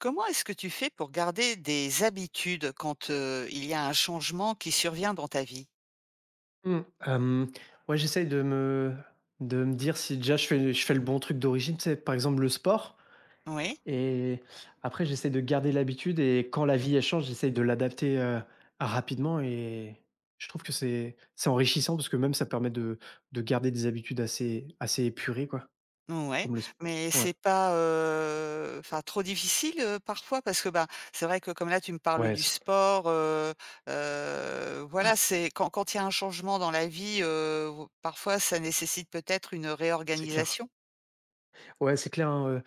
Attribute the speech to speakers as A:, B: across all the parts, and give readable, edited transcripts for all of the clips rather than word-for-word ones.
A: Comment est-ce que tu fais pour garder des habitudes quand, il y a un changement qui survient dans ta vie?
B: Mmh. Hem, ouais, j'essaye de me dire si déjà je fais le bon truc d'origine, c'est par exemple, le sport
A: Oui,
B: et après j'essaie de garder l'habitude et quand la vie, elle change, j'essaie de l'adapter, rapidement et je trouve que c'est enrichissant parce que même ça permet de garder des habitudes assez épurées, quoi,
A: ouais,
B: comme le sp
A: mais
B: ouais,
A: c'est pas, enfin trop difficile, parfois? Parce que, bah, c'est vrai que comme là tu me parles
B: ouais,
A: du
B: c
A: sport, voilà, c'est quand il y a un changement dans la vie, parfois ça nécessite peut-être une
B: c'est clair.
A: réorganisation?
B: Ouais, c'est clair, hein,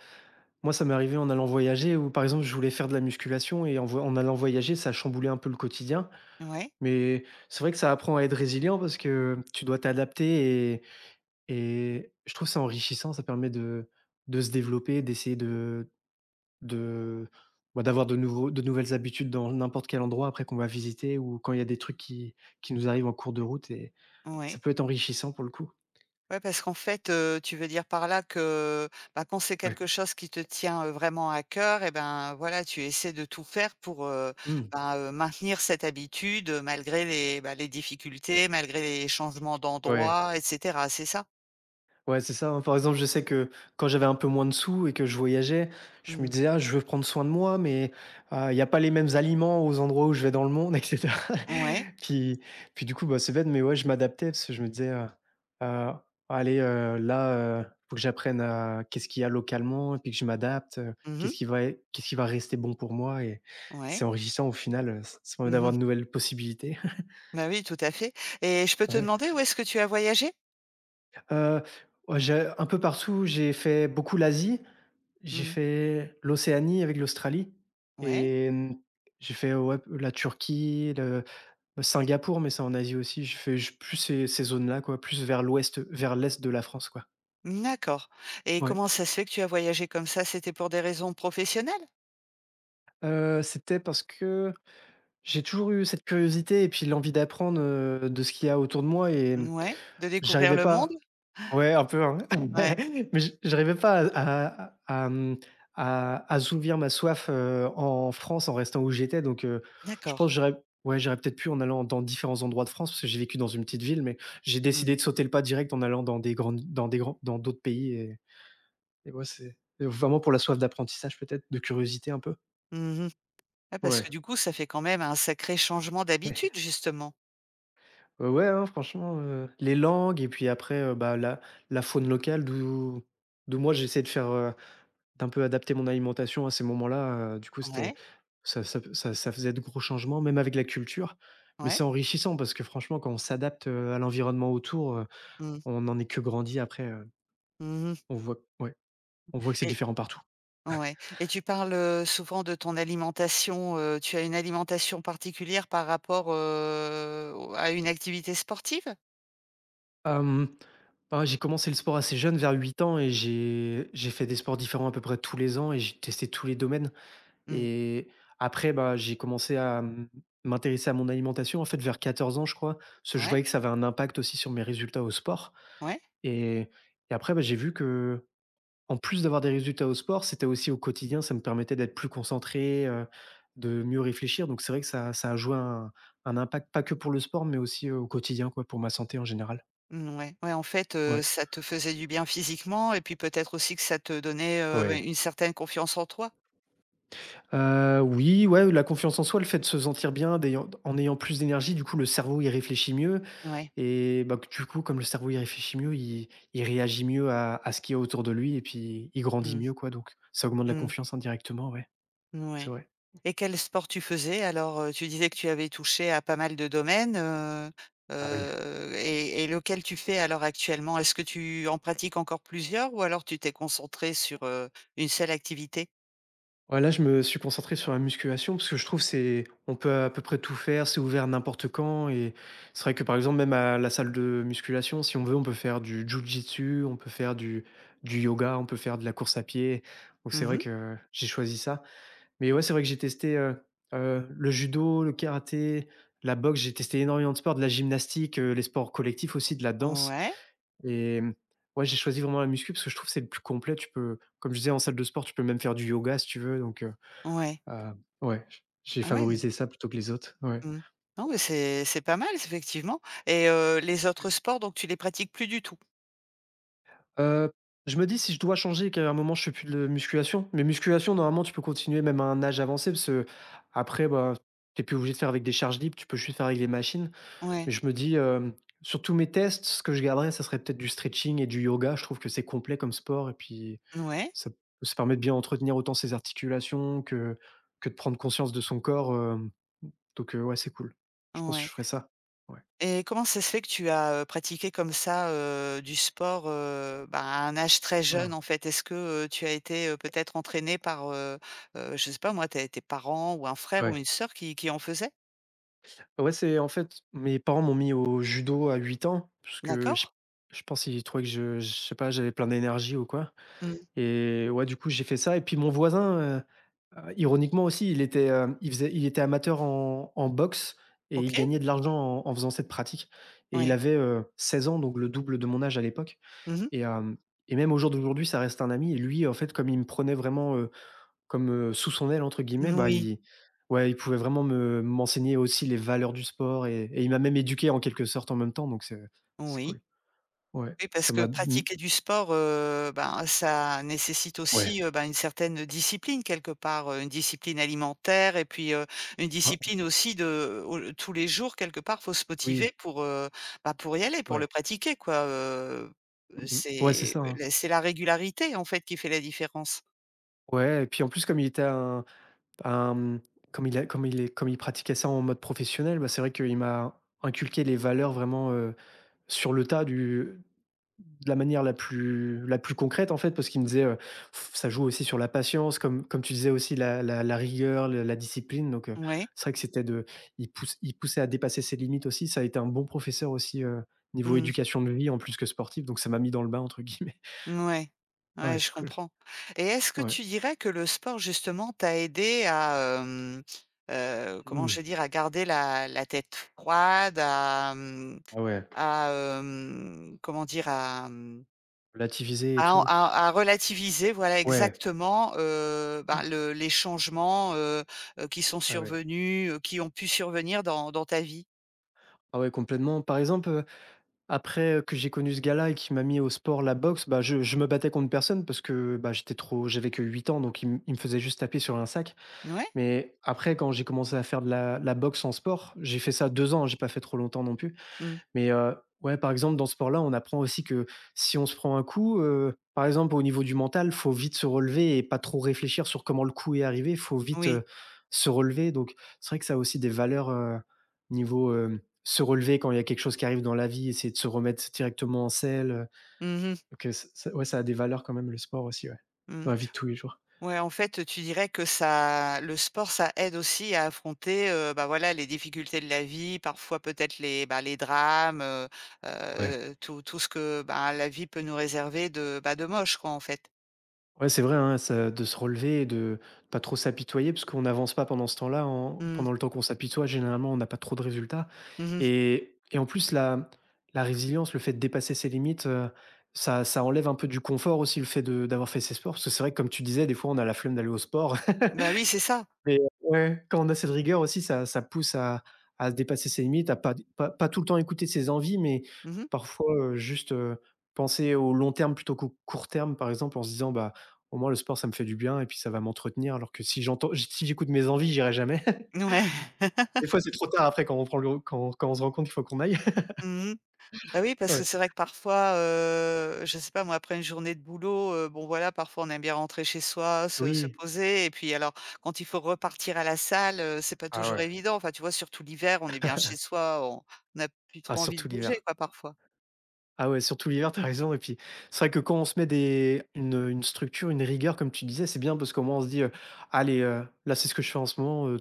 B: moi ça m'est arrivé en allant voyager où, par exemple, je voulais faire de la musculation et en allant voyager, ça chamboulait un peu le quotidien.
A: Oui,
B: Mais c'est vrai que ça apprend à être résilient parce que tu dois t'adapter et je trouve ça enrichissant. Ça permet de se développer, d'essayer de bah, d'avoir de nouvelles habitudes dans n'importe quel endroit après qu'on va visiter ou quand il y a des trucs qui nous arrivent en cours de route et ça
A: oui.
B: peut être enrichissant pour le coup.
A: Ouais, parce qu'en fait, tu veux dire par là que, bah, quand c'est
B: Ouais.
A: quelque chose qui te tient, vraiment à cœur et ben, voilà, tu essaies de tout faire pour,
B: Mmh.
A: maintenir cette habitude, malgré les difficultés, malgré les changements
B: Ouais.
A: d'endroit et cetera, c'est ça?
B: Ouais, c'est ça, hein. Par exemple, je sais que quand j'avais un peu moins de sous et que je voyageais, je me
A: Mmh.
B: disais: «Ah, je veux prendre soin de moi, mais ah, il y a pas les mêmes aliments aux endroits où je vais dans le monde» et cetera.
A: Ouais.
B: Puis puis du coup, bah, c'est bête, mais ouais, je m'adaptais parce que je me disaisheu: «Allez, là, faut que j'apprenne à qu'est-ce qu'il y a localement et puis que je m'adapte,
A: Mmh.
B: qu'est-ce qui va rester bon pour moi?» et c'est
A: Ouais.
B: enrichissant au final, ç ça permet d'avoir
A: Mmh.
B: de nouvelles possibilités.
A: Bah, oui, tout à fait et je peux
B: Ah
A: te
B: ouais.
A: demander où est-ce que tu as voyagé?
B: Heu, ouais, j'ai un peu partout, j'ai fait beaucoup l'Asie. J'ai
A: Mmh.
B: fait l'Océanie avec l'Australie
A: Ouais.
B: et j'ai fait, ouais, la Turquie, le Singapour, mais c'est en Asie aussi. J'ai fait j plus ces zones-là, quoi, plus vers l'ouest, vers l'est de la France, quoi.
A: Mmh, d'accord et
B: Ouais.
A: comment ça se fait que tu as voyagé comme ça? C'était pour des raisons professionnelles?
B: C'était parce que j'ai toujours eu cette curiosité et puis l'envie d'apprendre, de ce qu'il y a autour de moi et
A: Mmh, ouais, de découvrir
B: j'arrivais
A: le monde?
B: pas. Ouais, un peu, hein.
A: Ouais.
B: Mais je j'arrivais pas à à mmh, à assouvir ma soif, en France en restant où j'étais donc, je
A: D'accord.
B: pense que j'aurais, ouais, j'aurais peut-être pu en allant dans différents endroits de France parce que j'ai vécu dans une petite ville mais j'ai
A: Mmh.
B: décidé de sauter le pas direct en allant dans des grandes dans des grands dans d'autres pays et ouais, c'est vraiment pour la soif d'apprentissage peut-être, de curiosité un peu?
A: Mmh. Ouais, parce
B: Ouais.
A: que du coup, ça fait quand même un sacré changement
B: Ouais.
A: d'habitude, justement.
B: Ouais, ouais, hein, franchement, les langues et puis après, bah, la faune locale d'où moi j'essaie de faire, d'un peu adapter mon alimentation à ces moments-là, du coup, c'était
A: Ouais,
B: ça faisait de gros changements, même avec la culture. Mais
A: ouais.
B: c'est enrichissant parce que franchement, quand on s'adapte, à l'environnement autour,
A: Mmh.
B: on n'en est que grandi après,
A: Mmh.
B: on voit, ouais, on voit que c'est
A: Et,
B: différent partout.
A: ouais, et tu parles, souvent de ton alimentation, tu as une alimentation particulière par rapport, au à une activité sportive?
B: Hem, Bah, j'ai commencé le sport assez jeune, vers 8 ans et j'ai fait des sports différents à peu près tous les ans et j'ai testé tous les domaines
A: Mmh.
B: et après, bah, j'ai commencé à, m'intéresser à mon alimentation, en fait, vers 14 ans, je crois, parce que je
A: Ouais,
B: voyais que ça avait un impact aussi sur mes résultats au sport.
A: ouais.
B: Et et après, bah, j'ai vu que en plus d'avoir des résultats au sport, c'était aussi au quotidien, ça me permettait d'être plus concentré, de mieux réfléchir. Donc c'est vrai que ça a joué un impact pas que pour le sport, mais aussi, au quotidien quoi, pour ma santé en général.
A: Mmh, ouais. Ouais, en fait,
B: Ouais,
A: ça te faisait du bien physiquement et puis peut-être aussi que ça te donnait,
B: ouais.
A: une certaine confiance en toi?
B: Oui, ouais, la confiance en soi, le fait de se sentir bien, d'ayant en ayant plus d'énergie, du coup, le cerveau, il réfléchit mieux
A: Ouais.
B: et bah, du coup, comme le cerveau, il réfléchit mieux, il réagit mieux à ce qu'il y a autour de lui et puis il grandit
A: Mmh.
B: mieux quoi, donc ça augmente la
A: Mmh.
B: confiance indirectement, ouais, c'est
A: Ouais,
B: vrai.
A: et quel sport tu faisais alors? Tu disais que tu avais touché à pas mal de domaines,
B: Ah oui.
A: lequel tu fais alors actuellement? Est-ce que tu en pratiques encore plusieurs ou alors tu t'es concentré sur, une seule activité?
B: Ouais, là, je me suis concentré sur la musculation parce que je trouve c'est on peut à peu près tout faire, c'est ouvert n'importe quand et c'est vrai que par exemple même à la salle de musculation, si on veut, on peut faire du jiu-jitsu, on peut faire du yoga, on peut faire de la course à pied. Donc c'est
A: Mmh
B: vrai
A: mh.
B: que j'ai choisi ça. Mais ouais, c'est vrai que j'ai testé, le judo, le karaté, la boxe, j'ai testé énormément de sports, de la gymnastique, les sports collectifs aussi, de la danse
A: Ouais,
B: et ouais, j'ai choisi vraiment la muscu parce que je trouve que c'est le plus complet. Tu peux comme je disais en salle de sport, tu peux même faire du yoga si tu veux donc.
A: ouais.
B: Heu, ouais, j'ai
A: Ah ouais,
B: favorisé ça plutôt que les autres, ouais.
A: mmh. Non, mais c'est pas mal effectivement, et les autres sports donc tu les pratiques plus du tout?
B: Heu, je me dis si je dois changer et qu'à un moment je fais plus de musculation, mais musculation normalement tu peux continuer même à un âge avancé parce que après bah, t'es plus obligé de faire avec des charges libres, tu peux juste faire avec les machines.
A: Ouais.
B: Mais je me dis, sur tous mes tests, ce que je garderais, ça serait peut-être du stretching et du yoga. Je trouve que c'est complet comme sport et puis
A: Ouais,
B: ça p ça permet de bien entretenir autant ses articulations que de prendre conscience de son corps, donc ouais, c'est cool. Je pense que je
A: ouais.
B: ferais ça. Ouais.
A: Et comment ça se fait que tu as, pratiqué comme ça, du sport, bah, à un âge très jeune, en
B: Ah.
A: fait? Est-ce que, tu as été, peut-être entraîné par, je sais pas moi, tes parents ou un frère ou
B: Ouais.
A: une sœur qui en faisait?
B: Ouais, c'est en fait, mes parents m'ont mis au judo à 8 ans, parce que je
A: D'accord.
B: je pense qu'ils trouvaient que je sais pas, j'avais plein d'énergie ou quoi
A: Mmh.
B: et ouais, du coup, j'ai fait ça et puis mon voisin, ironiquement aussi, il était, hem, il faisait il était amateur en boxe et
A: OK.
B: il gagnait de l'argent en faisant cette pratique et il
A: Oui.
B: avait, 16 ans, donc le double de mon âge à l'époque
A: Mmh mh.
B: et hem et même au jour d'aujourd'hui, ça reste un ami et lui, en fait, comme il me prenait vraiment, comme, sous son aile entre guillemets, bah,
A: Oui.
B: il, ouais, il pouvait vraiment me m'enseigner aussi les valeurs du sport et il m'a même éduqué en quelque sorte en même temps donc c'est
A: Oui.
B: cool. Ouais,
A: Oui, parce
B: ça
A: que
B: m'a,
A: pratiquer du sport, ben, ça nécessite
B: ouais,
A: aussi, ben, une certaine discipline quelque part, une discipline alimentaire et puis, une
B: hein,
A: discipline aussi de au tous les jours quelque part, faut se motiver
B: oui,
A: pour y aller, pour le
B: ouais.
A: pratiquer quoi,
B: Mmh mh. Ouais, c'est
A: c'est
B: ça, hein.
A: ben, c'est la régularité en fait qui fait la différence.
B: Ouais et puis en plus comme il était un mmh, comme il a comme il est comme il pratiquait ça en mode professionnel, bah, c'est vrai qu'il m'a inculqué les valeurs vraiment, sur le tas du De la manière la plus concrète, en fait, parce qu'il me disait, ça joue aussi sur la patience, comme tu disais aussi la rigueur, le la discipline, donc
A: Mmh, ouais.
B: c'est vrai que c'était de il pousse il poussait à dépasser ses limites aussi. Ça a été un bon professeur aussi, niveau
A: Mmh.
B: éducation de vie en plus que sportif, donc ça m'a mis dans le «bain» entre guillemets.
A: Ouais,
B: Ah ouais,
A: ouais, je
B: c'est cool.
A: comprends, et est-ce que
B: Ouais.
A: tu dirais que le sport justement t'a aidé à, hem, comment
B: Mmh.
A: je vais dire? À garder la tête froide. à, mmh,
B: Ah ouais,
A: à, hem, comment dire? À, mmh,
B: relativiser et
A: à en
B: tout.
A: à à relativiser, voilà
B: Ouais.
A: exactement, ben, le les changements, qui sont
B: Ah ouais.
A: survenus, qui ont pu survenir dans ta vie?
B: Ah ouais, complètement. Par exemple, après, que j'ai connu ce gars-là et qui m'a mis au sport, la boxe, bah, je me battais contre personne parce que, bah, j'avais que 8 ans donc il me faisait juste taper sur un sac.
A: Ouais?
B: Mais après quand j'ai commencé à faire de la boxe en sport, j'ai fait ça 2 ans, hein, j'ai pas fait trop longtemps non plus.
A: Mmh.
B: Mais, ouais, par exemple, dans ce sport-là, on apprend aussi que si on se prend un coup, par exemple, au niveau du mental, faut vite se relever et pas trop réfléchir sur comment le coup est arrivé. Faut vite,
A: Oui.
B: se relever. Donc c'est vrai que ça a aussi des valeurs, niveau, se relever quand il y a quelque chose qui arrive dans la vie, essayer de se remettre directement en selle,
A: Mmh.
B: donc, ç ça, ouais, ça a des valeurs quand même le sport aussi, ouais,
A: Mmh.
B: dans la vie de tous les jours.
A: Ouais, en fait, tu dirais que ça, le sport, ça aide aussi à affronter, bah, voilà, les difficultés de la vie, parfois peut-être les drames,
B: Ouais.
A: tout ce que, bah, la vie peut nous réserver de moche quoi, en fait.
B: Ouais, c'est vrai, hein, ça de se relever et de pas trop s'apitoyer parce qu'on n'avance pas pendant ce temps-là, en
A: Mmh.
B: pendant le temps qu'on s'apitoie, généralement, on n'a pas trop de résultats
A: Mmh.
B: et en plus la résilience, le fait de dépasser ses limites, ça enlève un peu du confort aussi, le fait de d'avoir fait ses sports. Parce que c'est vrai que comme tu disais, des fois, on a la flemme d'aller au sport
A: Bah, oui, c'est ça.
B: mais ouais, quand on a cette rigueur aussi, ça pousse à dépasser ses limites, à pas tout le temps écouter ses envies, mais
A: Mmh.
B: parfois, juste, penser au long terme plutôt qu'au court terme, par exemple, en se disant: «Bah, au moins le sport, ça me fait du bien et puis ça va m'entretenir», alors que si j'écoute mes envies, j'irai jamais.
A: Ouais.
B: Des fois, c'est trop tard après quand on prend le quand quand on se rend compte qu'il faut qu'on aille.
A: Mmh mh. Bah, oui, parce que
B: Ouais.
A: c'est vrai que parfois, je sais pas moi, après une journée de boulot, bon voilà, parfois on aime bien rentrer chez soi, se
B: Oui.
A: poser, et puis alors quand il faut repartir à la salle, c'est pas
B: Ah
A: toujours
B: ouais.
A: évident. Enfin, tu vois, surtout l'hiver, on est bien chez soi, on a plus
B: Ah
A: trop envie de
B: surtout
A: bouger
B: l'hiver.
A: quoi, parfois.
B: Ah ouais, surtout l'hiver, t'as raison et puis c'est vrai que quand on se met une structure, une rigueur comme tu disais, c'est bien parce qu'au moins on se dit, «Allez, là c'est ce que je fais en ce moment,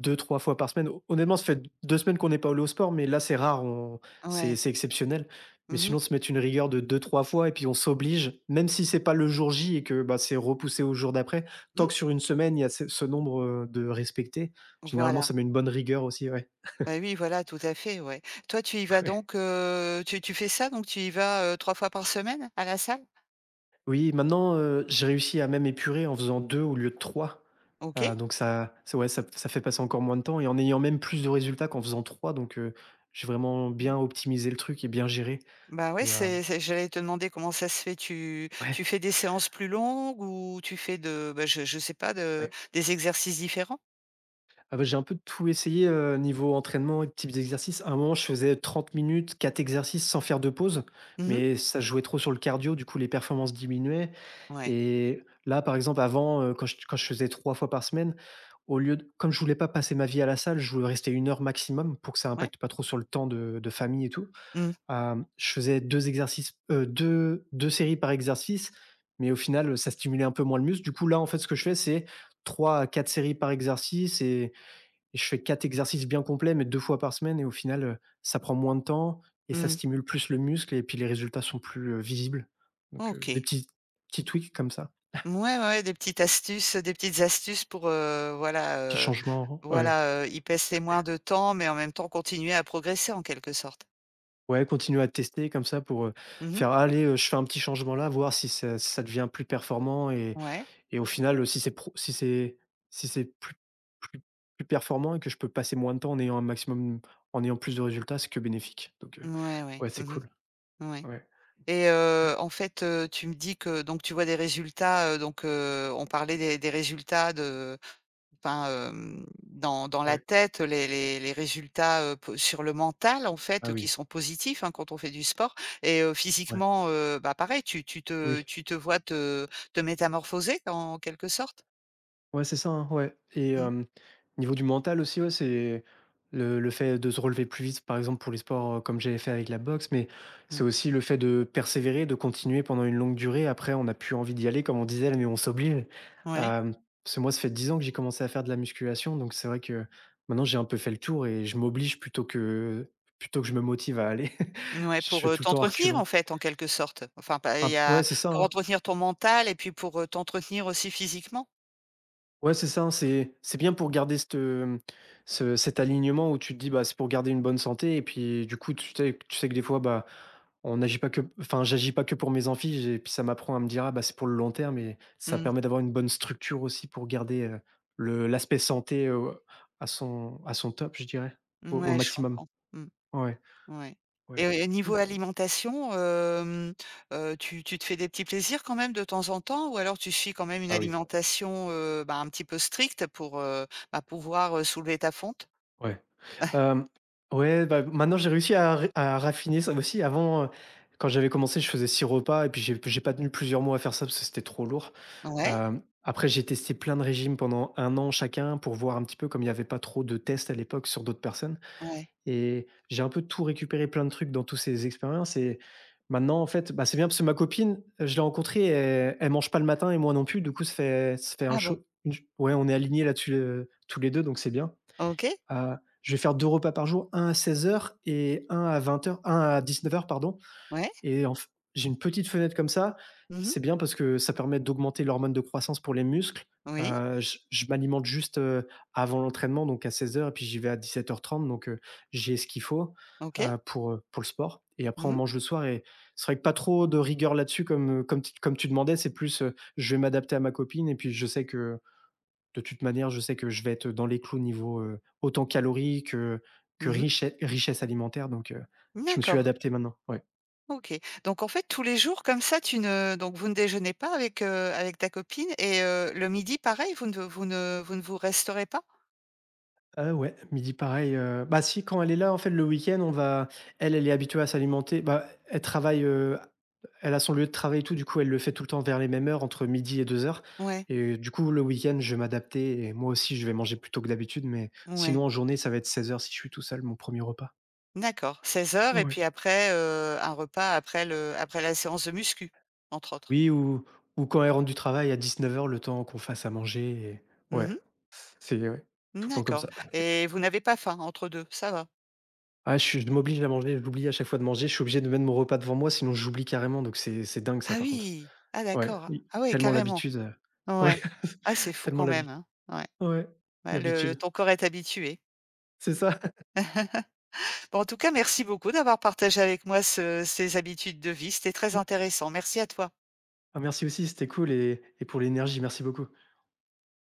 B: 2-3 fois par semaine». Ho honnêtement, ça fait 2 semaines qu'on n'est pas allé au sport, mais là c'est rare, on
A: Ouais.
B: c'est exceptionnel. Mais
A: Mmh mh.
B: sinon se mettre une rigueur de deux trois fois et puis on s'oblige, même si c'est pas le jour J et que, bah, c'est repoussé au jour d'après, tant
A: Mmh?
B: que sur une semaine, il y a ce nombre, de respectés, généralement
A: Voilà.
B: ça met une bonne rigueur aussi, ouais.
A: Bah, oui, voilà, tout à fait, ouais. Toi, tu y vas
B: Ouais.
A: donc, tu fais ça, donc tu y vas, 3 fois par semaine à la salle?
B: Oui, maintenant, j'ai réussi à même épurer en faisant 2 au lieu de 3,
A: OK.
B: donc ça ouais, ça fait passer encore moins de temps et en ayant même plus de résultats qu'en faisant 3, donc, j'ai vraiment bien optimisé le truc et bien géré
A: Bah, ouais,
B: et
A: c'est j'allais te demander comment ça se fait. Tu
B: ouais,
A: tu fais des séances plus longues ou tu fais de bah, je sais pas, de
B: ouais.
A: des exercices différents?
B: Ah bah, j'ai un peu tout essayé, niveau entraînement et types d'exercices. À un moment, je faisais 30 minutes, 4 exercices sans faire de pause,
A: Mmh.
B: mais ça jouait trop sur le cardio, du coup les performances diminuaient
A: Ouais,
B: et là, par exemple, avant, quand je faisais 3 fois par semaine, au lieu de comme je voulais pas passer ma vie à la salle, je voulais rester 1 heure maximum pour que ça
A: ouais.
B: impacte pas trop sur le temps de famille et tout,
A: Mmh,
B: je faisais 2 exercices, 2- 2 séries par exercice, mais au final, ça stimulait un peu moins le muscle. Du coup, là, en fait, ce que je fais, c'est 3 à 4 séries par exercice et je fais 4 exercices bien complets, mais 2 fois par semaine. Et au final, ça prend moins de temps et ça
A: mmh.
B: stimule plus le muscle et puis les résultats sont plus, visibles. Donc, des
A: OK.
B: petits petits tweaks comme ça,
A: Ouais, ouais, ouais, des petites astuces pour, voilà,
B: petits
A: heu,
B: changements, ouais.
A: voilà, y passer moins de temps, mais en même temps continuer à progresser en quelque sorte.
B: Ouais, continuer à tester comme ça pour,
A: Mmh.
B: faire: ah, «Allez, je fais un petit changement là, voir si ça devient plus performant» et
A: Ouais.
B: et au final, si c'est plus plus performant et que je peux passer moins de temps en ayant plus de résultats, c'est que bénéfique. Donc,
A: Ouais, ouais.
B: ouais, c'est
A: Mmh.
B: cool.
A: Ouais,
B: Ouais,
A: et en fait, tu me dis que donc tu vois des résultats, donc on parlait des résultats de enfin, dans la
B: ouais.
A: tête, les résultats, po sur le mental, en
B: Ah
A: fait, qui
B: oui,
A: sont positifs, hein, quand on fait du sport, et
B: ouais.
A: physiquement, bah, pareil,
B: Oui.
A: tu te vois te métamorphoser en quelque sorte?
B: Ouais, c'est ça, hein, ouais et
A: Mmh.
B: niveau du mental aussi, ouais, c'est le fait de se relever plus vite, par exemple pour les sports, comme j'avais fait avec la boxe, mais
A: Mmh.
B: c'est aussi le fait de persévérer, de continuer pendant une longue durée. Après, on n'a plus envie d'y aller, comme on disait, mais on s'oblige.
A: Ouais.
B: Hem, parce que moi, ça fait 10 ans que j'ai commencé à faire de la musculation, donc c'est vrai que maintenant j'ai un peu fait le tour et je m'oblige plutôt que je me motive à aller.
A: Ouais,
B: Je
A: pour,
B: fais tout le temps à
A: t'entretenir, en
B: reculons.
A: fait, en quelque sorte. Enfin, pas il
B: Un
A: y
B: p
A: a
B: Ouais, c'est ça,
A: pour
B: hein.
A: entretenir ton mental et puis pour, t'entretenir aussi physiquement.
B: Ouais, c'est ça, hein, c'est bien pour garder cette, hem, ce cet alignement où tu te dis: «Bah, c'est pour garder une bonne santé» et puis du coup, tu sais que des fois, bah, on n'agit pas que enfin, j'agis pas que pour mes amphis j'ai et puis ça m'apprend à me dire: «Ah bah, c'est pour le long terme» et ça
A: Mmh.
B: permet d'avoir une bonne structure aussi pour garder, le l'aspect santé, à son top, je dirais, au
A: Mouais, je
B: maximum.
A: comprends. Mmh.
B: Ouais,
A: Ouais, et
B: ouais.
A: niveau alimentation, tu te fais des petits plaisirs quand même de temps en temps? Ou alors tu suis quand même une
B: Ah oui,
A: alimentation, bah, un petit peu stricte pour, bah, pouvoir, soulever ta fonte?
B: ouais. Hem, ouais, bah, maintenant j'ai réussi à raffiner ça aussi. Avant, quand j'avais commencé, je faisais 6 repas et puis j'ai pas tenu plusieurs mois à faire ça parce que c'était trop lourd.
A: Ouais,
B: Après j'ai testé plein de régimes pendant 1 an chacun pour voir un petit peu, comme il y avait pas trop de tests à l'époque sur d'autres personnes
A: ouais.
B: et j'ai un peu tout récupéré, plein de trucs dans tous ces expériences et maintenant en fait, bah, c'est bien parce que ma copine, je l'ai rencontrée, elle mange pas le matin et moi non plus, du coup ça fait un
A: Ah bon?
B: cho une ch ouais, on est alignés là-dessus, tous les 2, donc c'est bien.
A: OK.
B: Heu, je vais faire 2 repas par jour, un à 16 h et un à 20 h, un à 19 h pardon,
A: Ouais.
B: et en f j'ai une petite fenêtre comme ça.
A: Mmh.
B: C'est bien parce que ça permet d'augmenter l'hormone de croissance pour les muscles.
A: Oui.
B: Je m'alimente juste, avant l'entraînement donc à 16 h, et puis j'y vais à 17:30 donc, j'ai ce qu'il faut,
A: OK.
B: pour le sport et après
A: Mmh
B: on
A: mh.
B: mange le soir et c'est vrai que pas trop de rigueur là-dessus comme, comme t comme tu demandais, c'est plus, je vais m'adapter à ma copine et puis je sais que de toute manière, je sais que je vais être dans les clous niveau, autant calories que
A: Mmh.
B: richesse alimentaire donc, je me suis
A: D'accord.
B: adapté maintenant, ouais.
A: OK. Donc en fait, tous les jours comme ça, tu ne donc vous ne déjeunez pas avec ta copine, et le midi pareil, vous resterez pas?
B: Ouais, midi pareil, bah, si quand elle est là, en fait, le week-end, on va elle est habituée à s'alimenter, bah, elle travaille, elle a son lieu de travail et tout, du coup, elle le fait tout le temps vers les mêmes heures, entre midi et 2 heures.
A: Ouais.
B: Et du coup, le week-end, je vais m'adapter et moi aussi, je vais manger plus tôt que d'habitude mais
A: Ouais.
B: sinon, en journée, ça va être 16 h si je suis tout seul, mon premier repas.
A: D'accord, 16 heures, et
B: Ouais.
A: puis après, un repas après la séance de muscu, entre autres?
B: Oui ou quand elle rentre du travail à 19 h le temps qu'on fasse à manger et
A: Mmh
B: ouais,
A: mh.
B: c'est ouais, tout le temps comme
A: D'accord,
B: ça.
A: et vous n'avez pas faim entre 2, ça va?
B: Ah je suis je m'oblige à manger, j'oublie à chaque fois de manger, je suis obligé de mettre mon repas devant moi sinon j'oublie carrément donc c'est dingue ça
A: Ah
B: par contre.
A: oui! Ah
B: Ouais,
A: d'accord.
B: i
A: Ah ouais,
B: tellement
A: carrément.
B: l'habitude, ouais,
A: Ouais. Ah, c'est fou
B: tellement
A: quand même,
B: l'habi
A: hein. Ouais.
B: ouais,
A: Ouais, le
B: l'habitude.
A: ton corps est habitué.
B: C'est ça.
A: Bon, en tout cas, merci beaucoup d'avoir partagé avec moi ce ces habitudes de vie. C'était très intéressant. Merci à toi.
B: Ah merci aussi, c'était cool et pour l'énergie, merci beaucoup.